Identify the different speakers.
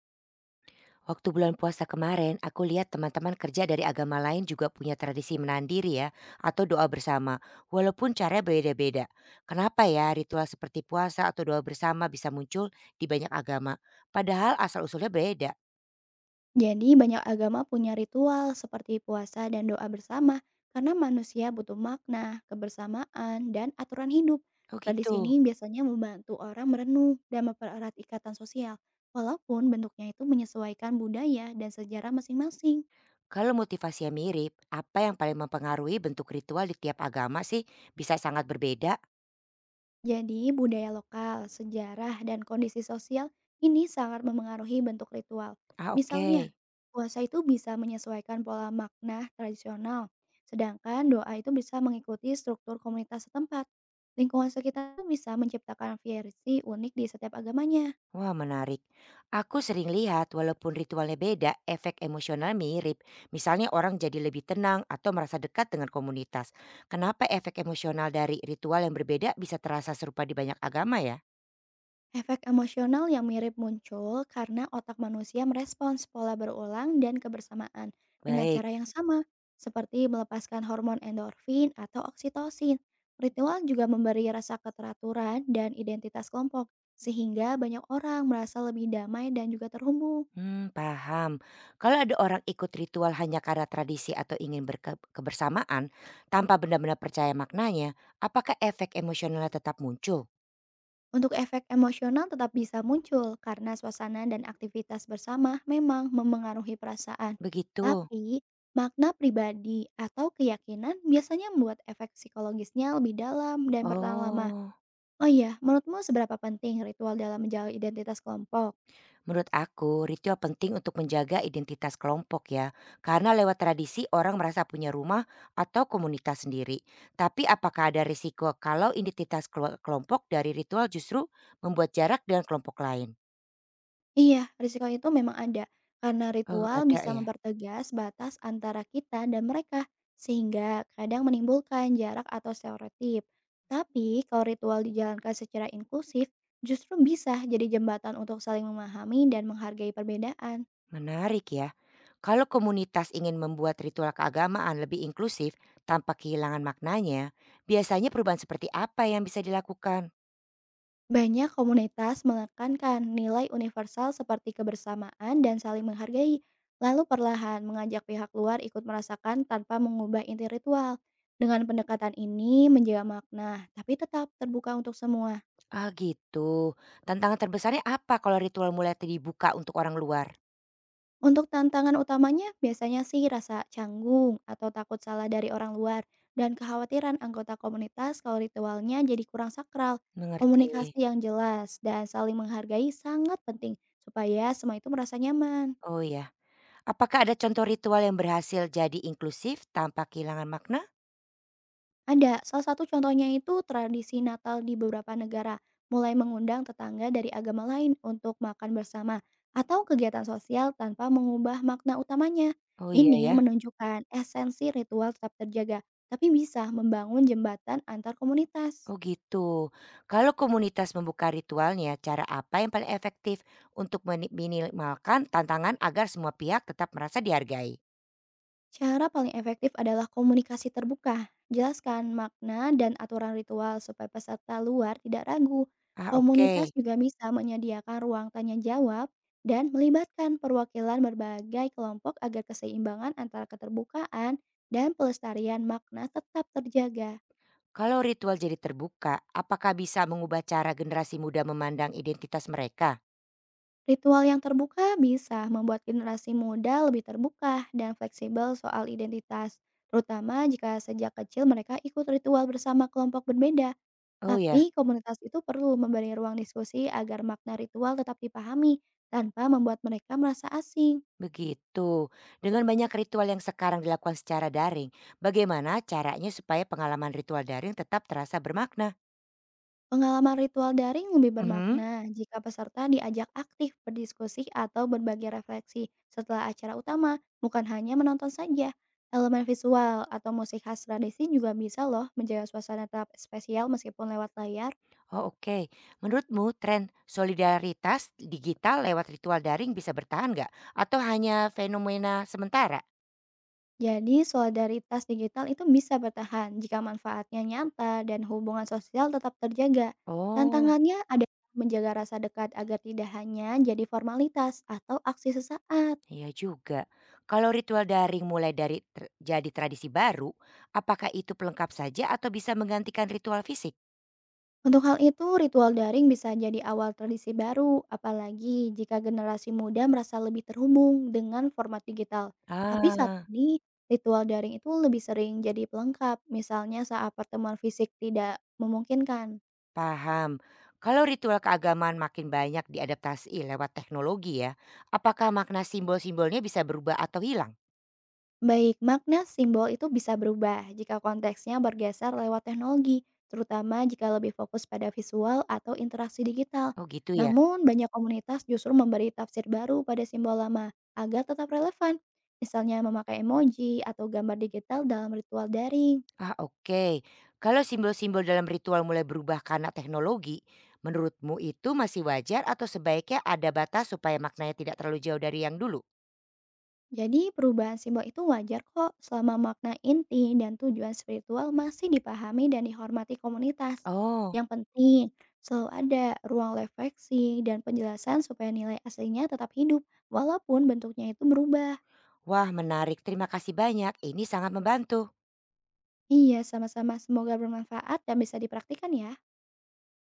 Speaker 1: Waktu bulan puasa kemarin, aku lihat teman-teman kerja dari agama lain juga punya tradisi menandiri ya, atau doa bersama, walaupun caranya beda-beda. Kenapa ya ritual seperti puasa atau doa bersama bisa muncul di banyak agama, padahal asal-usulnya beda?
Speaker 2: Jadi banyak agama punya ritual seperti puasa dan doa bersama karena manusia butuh makna, kebersamaan, dan aturan hidup.
Speaker 1: Oh
Speaker 2: Tradisi ini
Speaker 1: gitu.
Speaker 2: biasanya membantu orang merenung dan mempererat ikatan sosial, walaupun bentuknya itu menyesuaikan budaya dan sejarah masing-masing.
Speaker 1: Kalau motivasinya mirip, apa yang paling mempengaruhi bentuk ritual di tiap agama sih bisa sangat berbeda?
Speaker 2: Jadi, budaya lokal, sejarah, dan kondisi sosial ini sangat memengaruhi bentuk ritual.
Speaker 1: Ah,
Speaker 2: Misalnya,
Speaker 1: oke.
Speaker 2: puasa itu bisa menyesuaikan pola makna tradisional, sedangkan doa itu bisa mengikuti struktur komunitas setempat. Lingkungan sekitar bisa menciptakan versi unik di setiap agamanya.
Speaker 1: Wah, menarik. Aku sering lihat walaupun ritualnya beda, efek emosional mirip. Misalnya orang jadi lebih tenang atau merasa dekat dengan komunitas. Kenapa efek emosional dari ritual yang berbeda bisa terasa serupa di banyak agama ya?
Speaker 2: Efek emosional yang mirip muncul karena otak manusia merespons pola berulang dan kebersamaan dengan
Speaker 1: Baik.
Speaker 2: cara yang sama, seperti melepaskan hormon endorfin atau oksitosin. Ritual juga memberi rasa keteraturan dan identitas kelompok, sehingga banyak orang merasa lebih damai dan juga terhubung.
Speaker 1: Hmm, paham. Kalau ada orang ikut ritual hanya karena tradisi atau ingin berkebersamaan tanpa benar-benar percaya maknanya, apakah efek emosionalnya tetap muncul?
Speaker 2: Untuk efek emosional tetap bisa muncul karena suasana dan aktivitas bersama memang memengaruhi perasaan.
Speaker 1: Begitu.
Speaker 2: Tapi, makna pribadi atau keyakinan biasanya membuat efek psikologisnya lebih dalam dan bertahan lama.
Speaker 1: Oh.
Speaker 2: Oh iya, menurutmu seberapa penting ritual dalam menjaga identitas kelompok?
Speaker 1: Menurut aku, ritual penting untuk menjaga identitas kelompok ya, karena lewat tradisi orang merasa punya rumah atau komunitas sendiri. Tapi apakah ada risiko kalau identitas kelompok dari ritual justru membuat jarak dengan kelompok lain?
Speaker 2: Iya, risiko itu memang ada, karena
Speaker 1: Oh,
Speaker 2: ritual
Speaker 1: ada
Speaker 2: bisa
Speaker 1: ya,
Speaker 2: mempertegas batas antara kita dan mereka, sehingga kadang menimbulkan jarak atau stereotip. Tapi, kalau ritual dijalankan secara inklusif, justru bisa jadi jembatan untuk saling memahami dan menghargai perbedaan.
Speaker 1: menarik ya. Kalau komunitas ingin membuat ritual keagamaan lebih inklusif tanpa kehilangan maknanya, biasanya perubahan seperti apa yang bisa dilakukan?
Speaker 2: Banyak komunitas menekankan nilai universal seperti kebersamaan dan saling menghargai, lalu perlahan mengajak pihak luar ikut merasakan tanpa mengubah inti ritual. Dengan pendekatan ini menjaga makna, tapi tetap terbuka untuk semua.
Speaker 1: Ah gitu, tantangan terbesarnya apa kalau ritual mulai dibuka untuk orang luar?
Speaker 2: Untuk tantangan utamanya biasanya sih rasa canggung atau takut salah dari orang luar dan kekhawatiran anggota komunitas kalau ritualnya jadi kurang sakral.
Speaker 1: Mengerti.
Speaker 2: Komunikasi yang jelas dan saling menghargai sangat penting supaya semua itu merasa nyaman.
Speaker 1: Oh ya. Apakah ada contoh ritual yang berhasil jadi inklusif tanpa kehilangan makna?
Speaker 2: Ada, salah satu contohnya itu tradisi Natal di beberapa negara, mulai mengundang tetangga dari agama lain untuk makan bersama atau kegiatan sosial tanpa mengubah makna utamanya.
Speaker 1: Oh iya
Speaker 2: Ini
Speaker 1: ya.
Speaker 2: menunjukkan esensi ritual tetap terjaga, tapi bisa membangun jembatan antar komunitas.
Speaker 1: Oh gitu. Kalau komunitas membuka ritualnya, cara apa yang paling efektif untuk minimalkan tantangan agar semua pihak tetap merasa dihargai?
Speaker 2: Cara paling efektif adalah komunikasi terbuka. Jelaskan makna dan aturan ritual supaya peserta luar tidak ragu.
Speaker 1: Ah,
Speaker 2: Komunitas
Speaker 1: oke.
Speaker 2: juga bisa menyediakan ruang tanya jawab dan melibatkan perwakilan berbagai kelompok agar keseimbangan antara keterbukaan dan pelestarian makna tetap terjaga.
Speaker 1: Kalau ritual jadi terbuka, apakah bisa mengubah cara generasi muda memandang identitas mereka?
Speaker 2: Ritual yang terbuka bisa membuat generasi muda lebih terbuka dan fleksibel soal identitas, terutama jika sejak kecil mereka ikut ritual bersama kelompok berbeda.
Speaker 1: Oh
Speaker 2: Tapi
Speaker 1: ya.
Speaker 2: komunitas itu perlu memberi ruang diskusi agar makna ritual tetap dipahami tanpa membuat mereka merasa asing.
Speaker 1: Begitu. Dengan banyak ritual yang sekarang dilakukan secara daring, bagaimana caranya supaya pengalaman ritual daring tetap terasa bermakna?
Speaker 2: Pengalaman ritual daring lebih
Speaker 1: Mhm.
Speaker 2: bermakna jika peserta diajak aktif berdiskusi atau berbagi refleksi setelah acara utama, bukan hanya menonton saja. Elemen visual atau musik khas tradisi juga bisa loh menjaga suasana tetap spesial meskipun lewat layar.
Speaker 1: Oh oke, menurutmu tren solidaritas digital lewat ritual daring bisa bertahan nggak? Atau hanya fenomena sementara?
Speaker 2: Jadi, solidaritas digital itu bisa bertahan jika manfaatnya nyata dan hubungan sosial tetap terjaga.
Speaker 1: Oh,
Speaker 2: Tantangannya ada menjaga rasa dekat agar tidak hanya jadi formalitas atau aksi sesaat.
Speaker 1: iya juga. Kalau ritual daring mulai dari jadi tradisi baru, apakah itu pelengkap saja atau bisa menggantikan ritual fisik?
Speaker 2: Untuk hal itu, ritual daring bisa jadi awal tradisi baru, apalagi jika generasi muda merasa lebih terhubung dengan format digital. Tapi saat
Speaker 1: Ah.
Speaker 2: ini, ritual daring itu lebih sering jadi pelengkap, misalnya saat pertemuan fisik tidak memungkinkan.
Speaker 1: Paham. Kalau ritual keagamaan makin banyak diadaptasi lewat teknologi ya, apakah makna simbol-simbolnya bisa berubah atau hilang?
Speaker 2: Baik, makna simbol itu bisa berubah jika konteksnya bergeser lewat teknologi, terutama jika lebih fokus pada visual atau interaksi digital.
Speaker 1: Oh gitu ya.
Speaker 2: Namun, banyak komunitas justru memberi tafsir baru pada simbol lama agar tetap relevan, misalnya memakai emoji atau gambar digital dalam ritual daring.
Speaker 1: Ah, oke. Kalau simbol-simbol dalam ritual mulai berubah karena teknologi, menurutmu itu masih wajar atau sebaiknya ada batas supaya maknanya tidak terlalu jauh dari yang dulu?
Speaker 2: Jadi perubahan simbol itu wajar kok selama makna inti dan tujuan spiritual masih dipahami dan dihormati komunitas.
Speaker 1: Oh,
Speaker 2: Yang penting, selalu ada ruang refleksi dan penjelasan supaya nilai aslinya tetap hidup walaupun bentuknya itu berubah.
Speaker 1: wah menarik. Terima kasih banyak. Ini sangat membantu.
Speaker 2: Iya, sama-sama semoga bermanfaat dan bisa dipraktikkan ya.